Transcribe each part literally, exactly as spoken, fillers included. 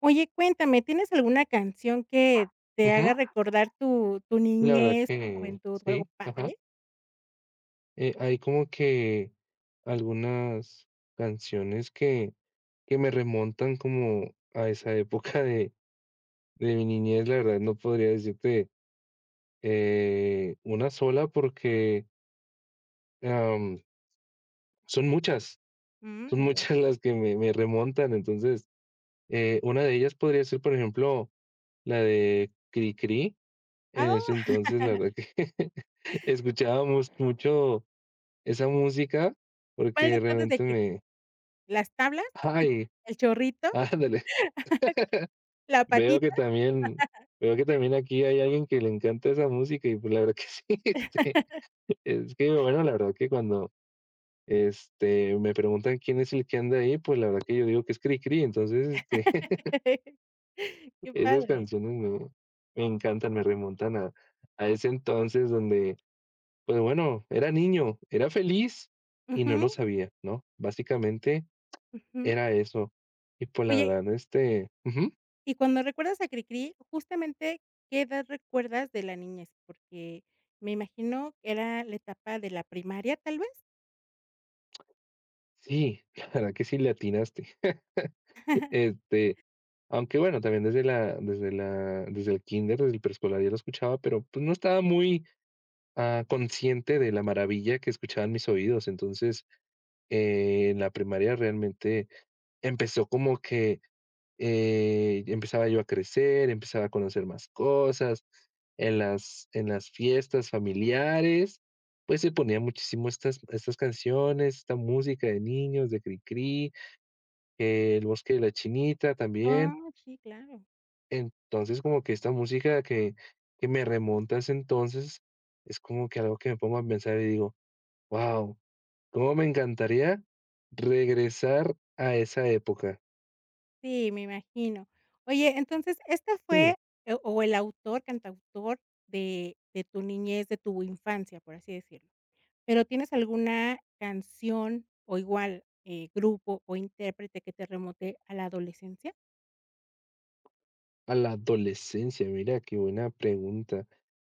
Oye, cuéntame, ¿tienes alguna canción que te Ujú, haga recordar tu tu la verdad niñez, tu que juventud o algo sí, ajá. padre? Eh, hay como que algunas canciones que que me remontan como a esa época de de mi niñez. La verdad, no podría decirte, eh, una sola porque, am, son muchas, son Mm, ya. muchas las que me me remontan. Entonces, eh, una de ellas podría ser, por ejemplo, la de Cri Cri. En ese Ah, entonces, la verdad que escuchábamos mucho esa música, ¿cuál de porque todas de realmente que me las tablas, ay, el chorrito, ándale, la veo que patita? también veo que también aquí hay alguien que le encanta esa música y, pues, la verdad que sí, este, es que, bueno, la verdad que cuando, este, me preguntan quién es el que anda ahí, pues, la verdad que yo digo que es Cri Cri. Entonces, este, Qué esas padre. canciones me me encantan, me remontan a a ese entonces donde, pues, bueno, era niño, era feliz y no lo Ujú, sabía, ¿no? Básicamente, ujú. era eso. Y pues, la Oye, verdad, este, ujú, y cuando recuerdas a Cricri, justamente, ¿qué edad recuerdas de la niñez? Porque me imagino que era la etapa de la primaria, ¿tal vez? sí, la verdad que sí le atinaste. Este, aunque bueno, también desde la desde la desde el kinder desde el preescolar ya lo escuchaba, pero, pues, no estaba muy, ah, consciente de la maravilla que escuchaban mis oídos. Entonces, eh, en la primaria realmente empezó como que Eh, empezaba yo a crecer, empezaba a conocer más cosas. En las, en las fiestas familiares, pues se ponía muchísimo estas, estas canciones, esta música de niños, de Cricri, eh, El Bosque de la Chinita Ah, también. sí, claro. Entonces, como que esta música que, que me remonta a ese entonces, es como que algo que me pongo a pensar y digo, wow, cómo me encantaría regresar a esa época. Sí, me imagino. Oye, entonces, ¿esta Sí. fue, eh, o el autor, cantautor de de tu niñez, de tu infancia, por así decirlo? Pero, ¿tienes alguna canción o igual, eh, grupo o intérprete que te remonte a la adolescencia? A la adolescencia, mira, qué buena pregunta.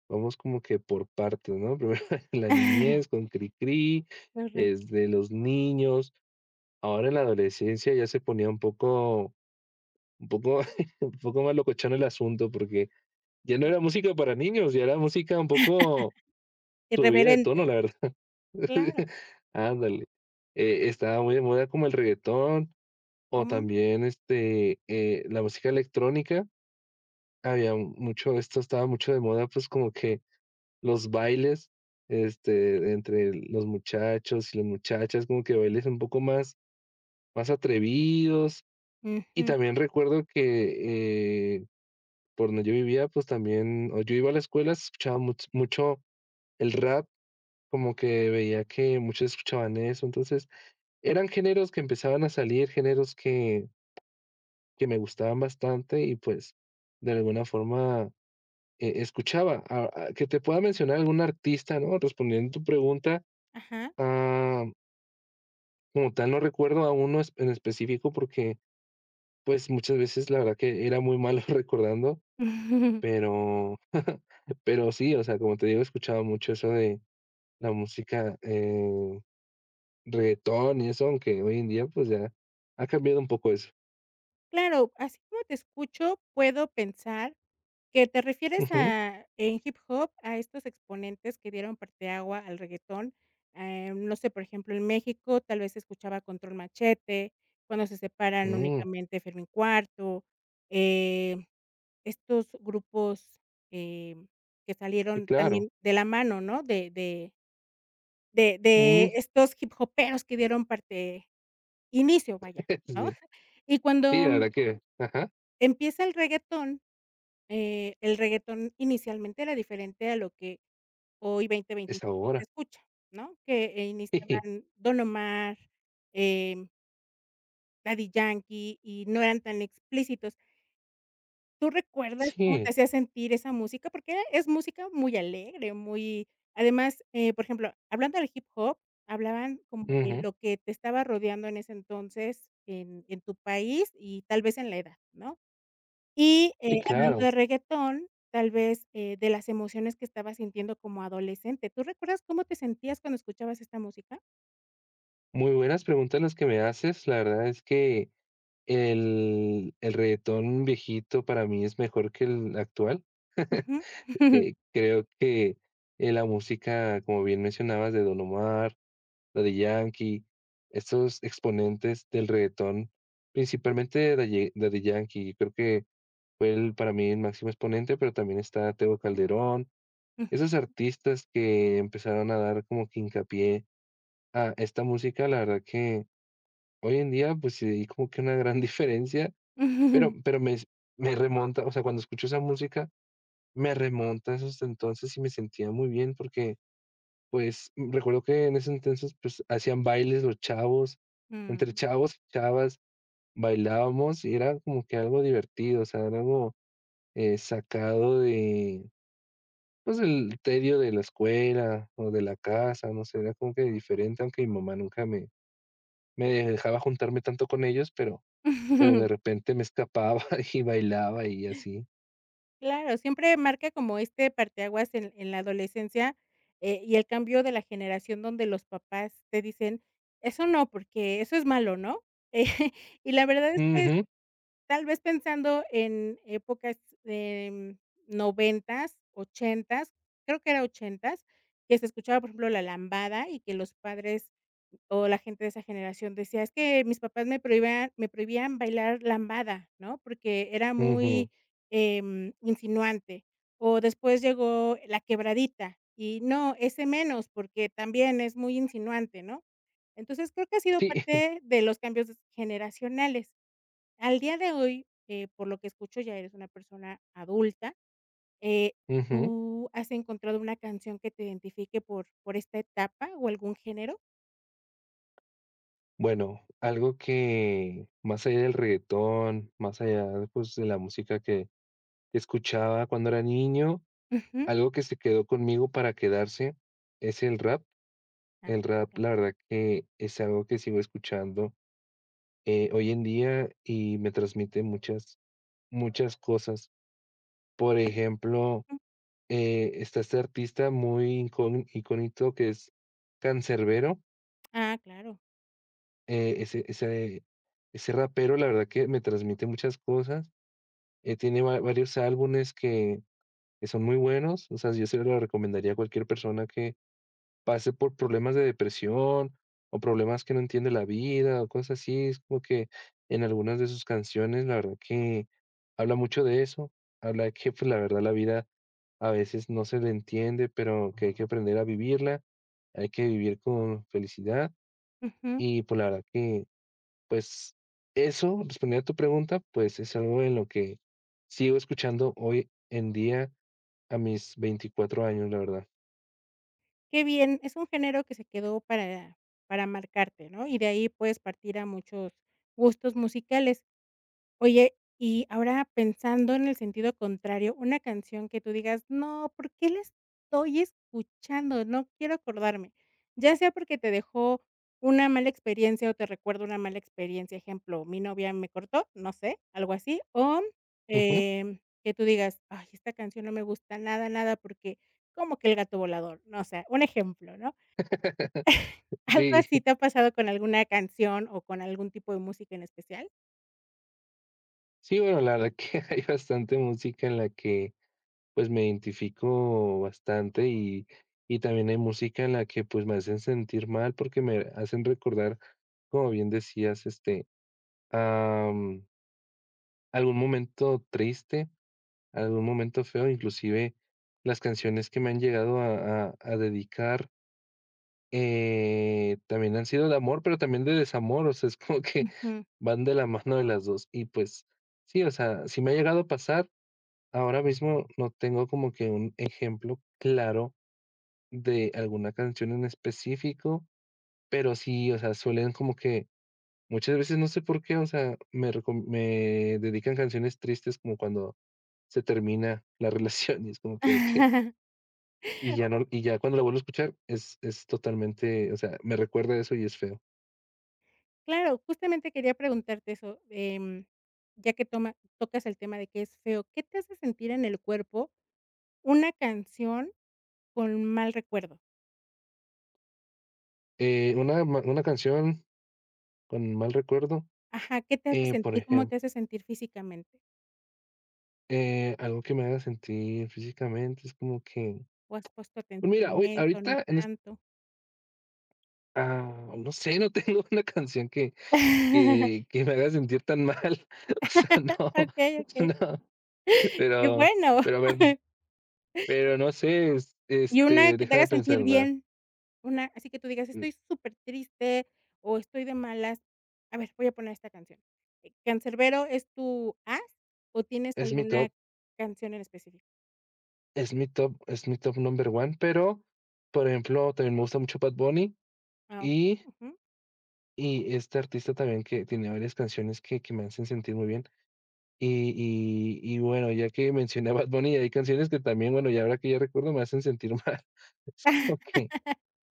Vamos como que por partes, ¿no? Primero la niñez con Cricri, Correcto, es de los niños. Ahora en la adolescencia ya se ponía un poco, un poco, un poco más locochón el asunto, porque ya no sí. era música para niños, ya era música un poco subida de Irreverente, tono, la verdad. claro. Ándale. Eh, estaba muy de moda como el reggaetón o Mm, también este, eh, la música electrónica. Había mucho esto estaba mucho de moda, pues, como que los bailes, este, entre los muchachos y las muchachas, como que bailes un poco más más atrevidos. Y ujú, también recuerdo que, eh, por donde yo vivía, pues, también o yo iba a la escuela, se escuchaba much mucho el rap, como que veía que muchos escuchaban eso. Entonces, eran géneros que empezaban a salir, géneros que que me gustaban bastante y, pues, de alguna forma Eh, escuchaba, ah, ah, que te pueda mencionar algún artista, ¿no? Respondiendo tu pregunta, ajá. ah, como tal, no recuerdo a uno es- en específico porque, pues, muchas veces la verdad que era muy malo recordando, pero, pero sí, o sea, como te digo, escuchaba mucho eso de la música, eh, reggaetón y eso, aunque hoy en día, pues, ya ha cambiado un poco eso. Claro, así como te escucho, puedo pensar que te refieres Ujú, a en hip hop a estos exponentes que dieron parteagua al reggaetón, eh, no sé, por ejemplo, en México tal vez se escuchaba Control Machete, cuando se separan mm, únicamente Fermín Cuarto, eh, estos grupos, em, que sí, salieron claro. también de la mano, ¿no? De de de de Mm, estos hip hoperos que dieron parte inicio, vaya, ¿no? sí, Y sí, cuando la mm, verdad que, ajá, empieza el reggaetón, eh, el reggaetón inicialmente era diferente a lo que hoy es dos mil veinticinco se ahora. escucha, ¿no? Que, eh, iniciaban Don Omar, em, Daddy Yankee y no eran tan explícitos. ¿Tú recuerdas cómo te Sí, hacía sentir esa música? Porque era es música muy alegre, muy además, eh, por ejemplo, hablando del hip hop, hablaban como de ujú, lo que te estaba rodeando en ese entonces en en tu país y tal vez en la edad, ¿no? Y, sí, eh, hablando claro. de reggaetón, tal vez, eh, de las emociones que estabas sintiendo como adolescente, ¿tú recuerdas cómo te sentías cuando escuchabas esta música? Muy buenas preguntas las que me haces. La verdad es que el, el reguetón viejito para mí es mejor que el actual. Ujú. Eh, creo que eh, la música, como bien mencionabas, de Don Omar, Daddy Yankee, estos exponentes del reguetón, principalmente de Daddy Daddy Yankee, creo que fue el, para mí el máximo exponente, pero también está Tego Calderón, esos artistas que empezaron a dar como que hincapié a esta música, la verdad que hoy en día, pues sí hay como que una gran diferencia, pero pero me me remonta, o sea, cuando escucho esa música, me remonta a esos entonces y me sentía muy bien porque, pues, mm, recuerdo que en ese entonces, pues, hacían bailes los chavos, Mm. entre chavos y chavas bailábamos y era como que algo divertido, o sea, era algo, eh, sacado de, pues, el tedio de la escuela o de la casa, no sé, era como que diferente, aunque mi mamá nunca me me dejaba juntarme tanto con ellos, pero Pero de repente me escapaba y bailaba y así. Claro, siempre marca como este parteaguas en en la adolescencia, eh, y el cambio de la generación donde los papás te dicen: "Eso no, porque eso es malo", ¿no? Eh, Y la verdad es que Ujú, tal vez pensando en épocas, em, noventas ochentas creo que era ochentas que se escuchaba, por ejemplo, la lambada y que los padres o la gente de esa generación decía: "Es que mis papás me prohibían me prohibían bailar lambada", ¿no? Porque era muy, ujú. em, insinuante. O después llegó la quebradita y no, ese menos, porque también es muy insinuante, ¿no? Entonces, creo que ha sido Sí, parte de los cambios generacionales. Al día de hoy, eh, por lo que escucho, ya eres una persona adulta, eh, ujú. ¿tú has encontrado una canción que te identifique por por esta etapa o algún género? Bueno, algo que más allá del reggaetón, más allá, pues, de la música que escuchaba cuando era niño, Ujú. algo que se quedó conmigo para quedarse es el rap. Ah, El rap, claro. la verdad que es algo que sigo escuchando, eh, hoy en día y me transmite muchas, muchas cosas. Por ejemplo Ujú. Eh, está este artista muy incón icónico que es Cancerbero, Ah, claro. ese ese ese rapero, la verdad que me transmite muchas cosas, eh, tiene va varios álbumes que que son muy buenos, o sea, yo se lo recomendaría a cualquier persona que pase por problemas de depresión, o problemas que no entiende la vida, o cosas así. Es como que en algunas de sus canciones, la verdad que habla mucho de eso, habla de que, pues, la verdad, la vida a veces no se le entiende, pero que hay que aprender a vivirla, hay que vivir con felicidad. Ujú. Y, pues, la verdad que, pues, eso, respondiendo a tu pregunta, pues, es algo en lo que sigo escuchando hoy en día a mis veinticuatro años, la verdad. Qué bien, es un género que se quedó para para marcarte, ¿no? Y de ahí puedes partir a muchos gustos musicales. Oye, y ahora pensando en el sentido contrario, una canción que tú digas: "No, ¿por qué la estoy escuchando? No quiero acordarme". Ya sea porque te dejó una mala experiencia o te recuerda una mala experiencia, ejemplo, mi novia me cortó, no sé, algo así, o, Ujú. em, que tú digas: "Ay, esta canción no me gusta nada, nada, porque como que el gato volador", no sé, un ejemplo, ¿no? ¿Algo Sí. así te ha pasado con alguna canción o con algún tipo de música en especial? Sí, bueno, la verdad que hay bastante música en la que, pues, me identifico bastante y y también hay música en la que, pues, me hacen sentir mal porque me hacen recordar, como bien decías, este, am, algún momento triste, algún momento feo, inclusive las canciones que me han llegado a a a dedicar, eh, también han sido de amor, pero también de desamor, o sea, es como que Ujú. van de la mano de las dos. Y, pues, sí, o sea, sí me ha llegado a pasar. Ahora mismo no tengo como que un ejemplo claro de alguna canción en específico, pero sí, o sea, suelen como que muchas veces no sé por qué, o sea, me, recom- me dedican canciones tristes como cuando se termina la relación y es como que, ok, y ya no, y ya cuando la vuelvo a escuchar es, es totalmente, o sea, me recuerda eso y es feo. Claro, justamente quería preguntarte eso, em, ya que toma tocas el tema de que es feo, ¿qué te hace sentir en el cuerpo una canción con mal recuerdo? Eh, una, ma- una canción con mal recuerdo, Ajá, ¿qué te hace eh, por sentir? ¿Cómo ejemplo, te hace sentir físicamente? eh, algo que me haga sentir físicamente es como que... ¿O has puesto Pues atención mira, a hoy, eso, no ahorita en tanto? ah, no sé, no tengo una canción que que que me haga sentir tan mal, o sea, no, Okey, okey, no, qué pero bueno. pero a ver, pues, pero no sé, es Y una este, que te haga déjame pensar sentir una, bien. Una así que tú digas: mm, "Estoy súper triste o estoy de malas, a ver, voy a poner esta canción". Eh, ¿Canserbero es tu as o tienes es mi alguna top canción en específico? es mi top es mi top number one pero, por ejemplo, también me gusta mucho Bad Bunny Ah, okey, y ujú. y este artista también que tiene varias canciones que que me hacen sentir muy bien. Y y y bueno, ya que mencioné a Bad Bunny, hay canciones que también, bueno, ya ahora que ya recuerdo, me hacen sentir mal. Es como que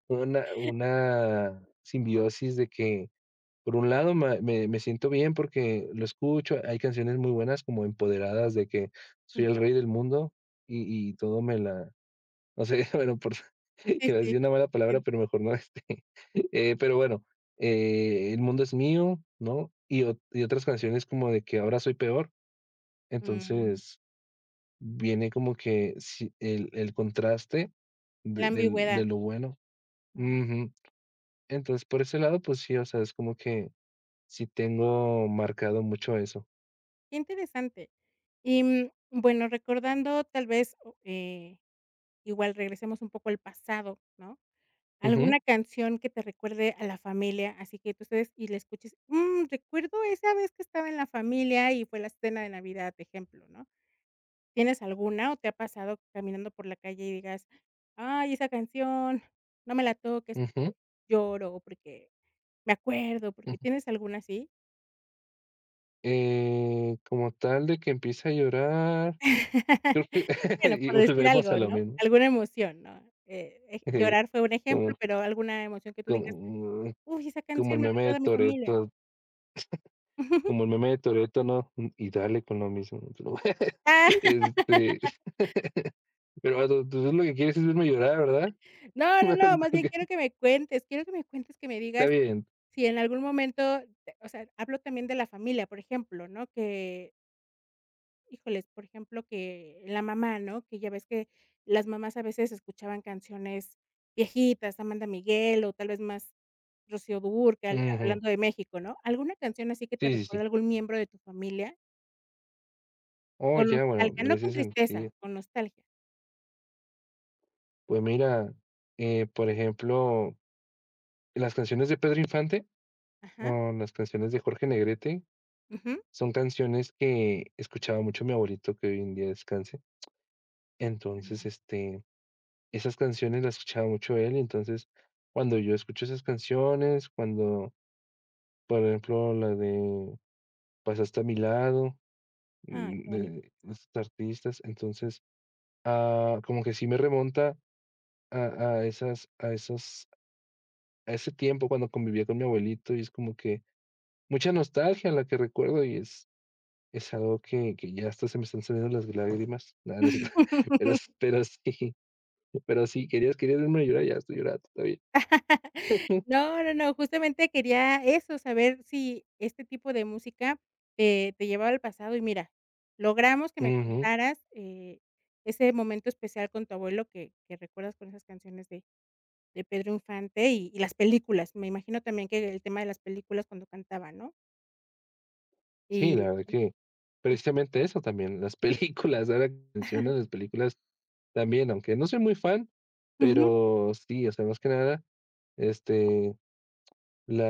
una una simbiosis de que, por un lado, ma me me siento bien porque lo escucho, hay canciones muy buenas como empoderadas de que Mm, soy el rey del mundo y y todo me la no sé, bueno, por sí, iba a sí, decir una mala palabra, entiendo. pero mejor no, este, eh, pero bueno, eh, el mundo es mío, ¿no? Y o y otras canciones como de que ahora soy peor. Mm, Entonces, viene como que sí, el el contraste de la del ambigüedad, de lo bueno. ¿no? Ujú. Entonces, por ese lado, pues sí, o sea, es como que sí tengo marcado mucho eso. Qué interesante. Y, mm, bueno, recordando tal vez, o eh, igual regresemos un poco al pasado, ¿no? Ujú, Alguna canción que te recuerde a la familia, así que tú estés y la escuches, mm, recuerdo esa vez que estaba en la familia y fue la cena de Navidad, ejemplo, ¿no? ¿Tienes alguna o te ha pasado caminando por la calle y digas: "Ay, esa canción, no me la toques ujú, porque lloro o porque me acuerdo", ujú. porque tienes alguna así? Eh, como tal de que empieza a llorar, creo que Bueno, y por decir volvemos a algo, lo ¿no? mismo. Alguna emoción, ¿no? Eh, ej Eh, llorar fue un ejemplo, como pero alguna emoción que tú digas: como "Uy, esa como canción el me meme recuerda de a mi familia". Toretto, como el meme de Toretto, ¿no? Y dale con lo mismo. Pero este, pero bueno, entonces lo que quieres es verme llorar, ¿verdad? No, no, Es no, más como bien que quiero que me cuentes, quiero que me cuentes, que me está digas bien. si en algún momento, te o sea, hablo también de la familia, por ejemplo, ¿no? Que, híjoles, por ejemplo, que la mamá, ¿no? Que ya ves que las mamás a veces escuchaban canciones viejitas, Amanda Miguel o tal vez más Rocío Dúrcal, eh, Ujú. hablando de México, ¿no? ¿Alguna canción así que te Sí, sí, recuerda sí. a algún miembro de tu familia? Oh, Con ya, bueno, nostalgia, por no con ese tristeza, sentido. con nostalgia. Pues mira, eh, por ejemplo, las canciones de Pedro Infante Ajá, o las canciones de Jorge Negrete ujú. son canciones que escuchaba mucho mi abuelito, que hoy en día descanse. Entonces, Ah, este, esas canciones las escuchaba mucho él. Entonces, cuando yo escucho esas canciones, cuando, por ejemplo, la de Pasaste a Mi Lado, ah, mm, qué bonito. de esos artistas, entonces, ah, como que sí me remonta a, a esas, a esos, a ese tiempo cuando convivía con mi abuelito y es como que mucha nostalgia la que recuerdo y es es algo que que ya hasta se me están saliendo las lágrimas. Nada, no es cierto. Pero s pero sí, pero sí, querías, querías verme llorar, ya estoy llorando, está bien. No, no, no, justamente quería eso, saber si este tipo de música te te llevaba al pasado y mira, logramos que me Ujú. contaras, eh, ese momento especial con tu abuelo que que recuerdas con esas canciones de de Pedro Infante y y las películas. Me imagino también que el tema de las películas cuando cantaba, ¿no? Sí, Y la verdad que precisamente eso también, las películas, ahora que mencionas las películas también, aunque no soy muy fan, ujú, pero sí, o sea, más que nada, este, la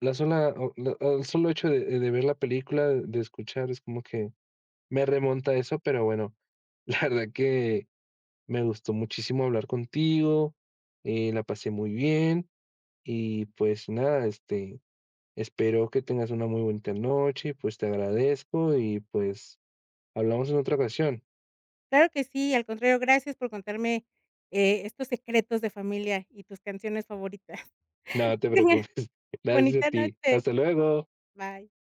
la sola o la el solo hecho de de ver la película, de escuchar, es como que me remonta a eso, pero bueno, la verdad que me gustó muchísimo hablar contigo, eh, la pasé muy bien y pues nada, este, espero que tengas una muy bonita noche, pues te agradezco y pues hablamos en otra ocasión. claro que sí, al contrario, gracias por contarme, eh, estos secretos de familia y tus canciones favoritas. Nada, no Que te tengas preocupes. Gracias a bonita ti. noche. Hasta luego. Bye.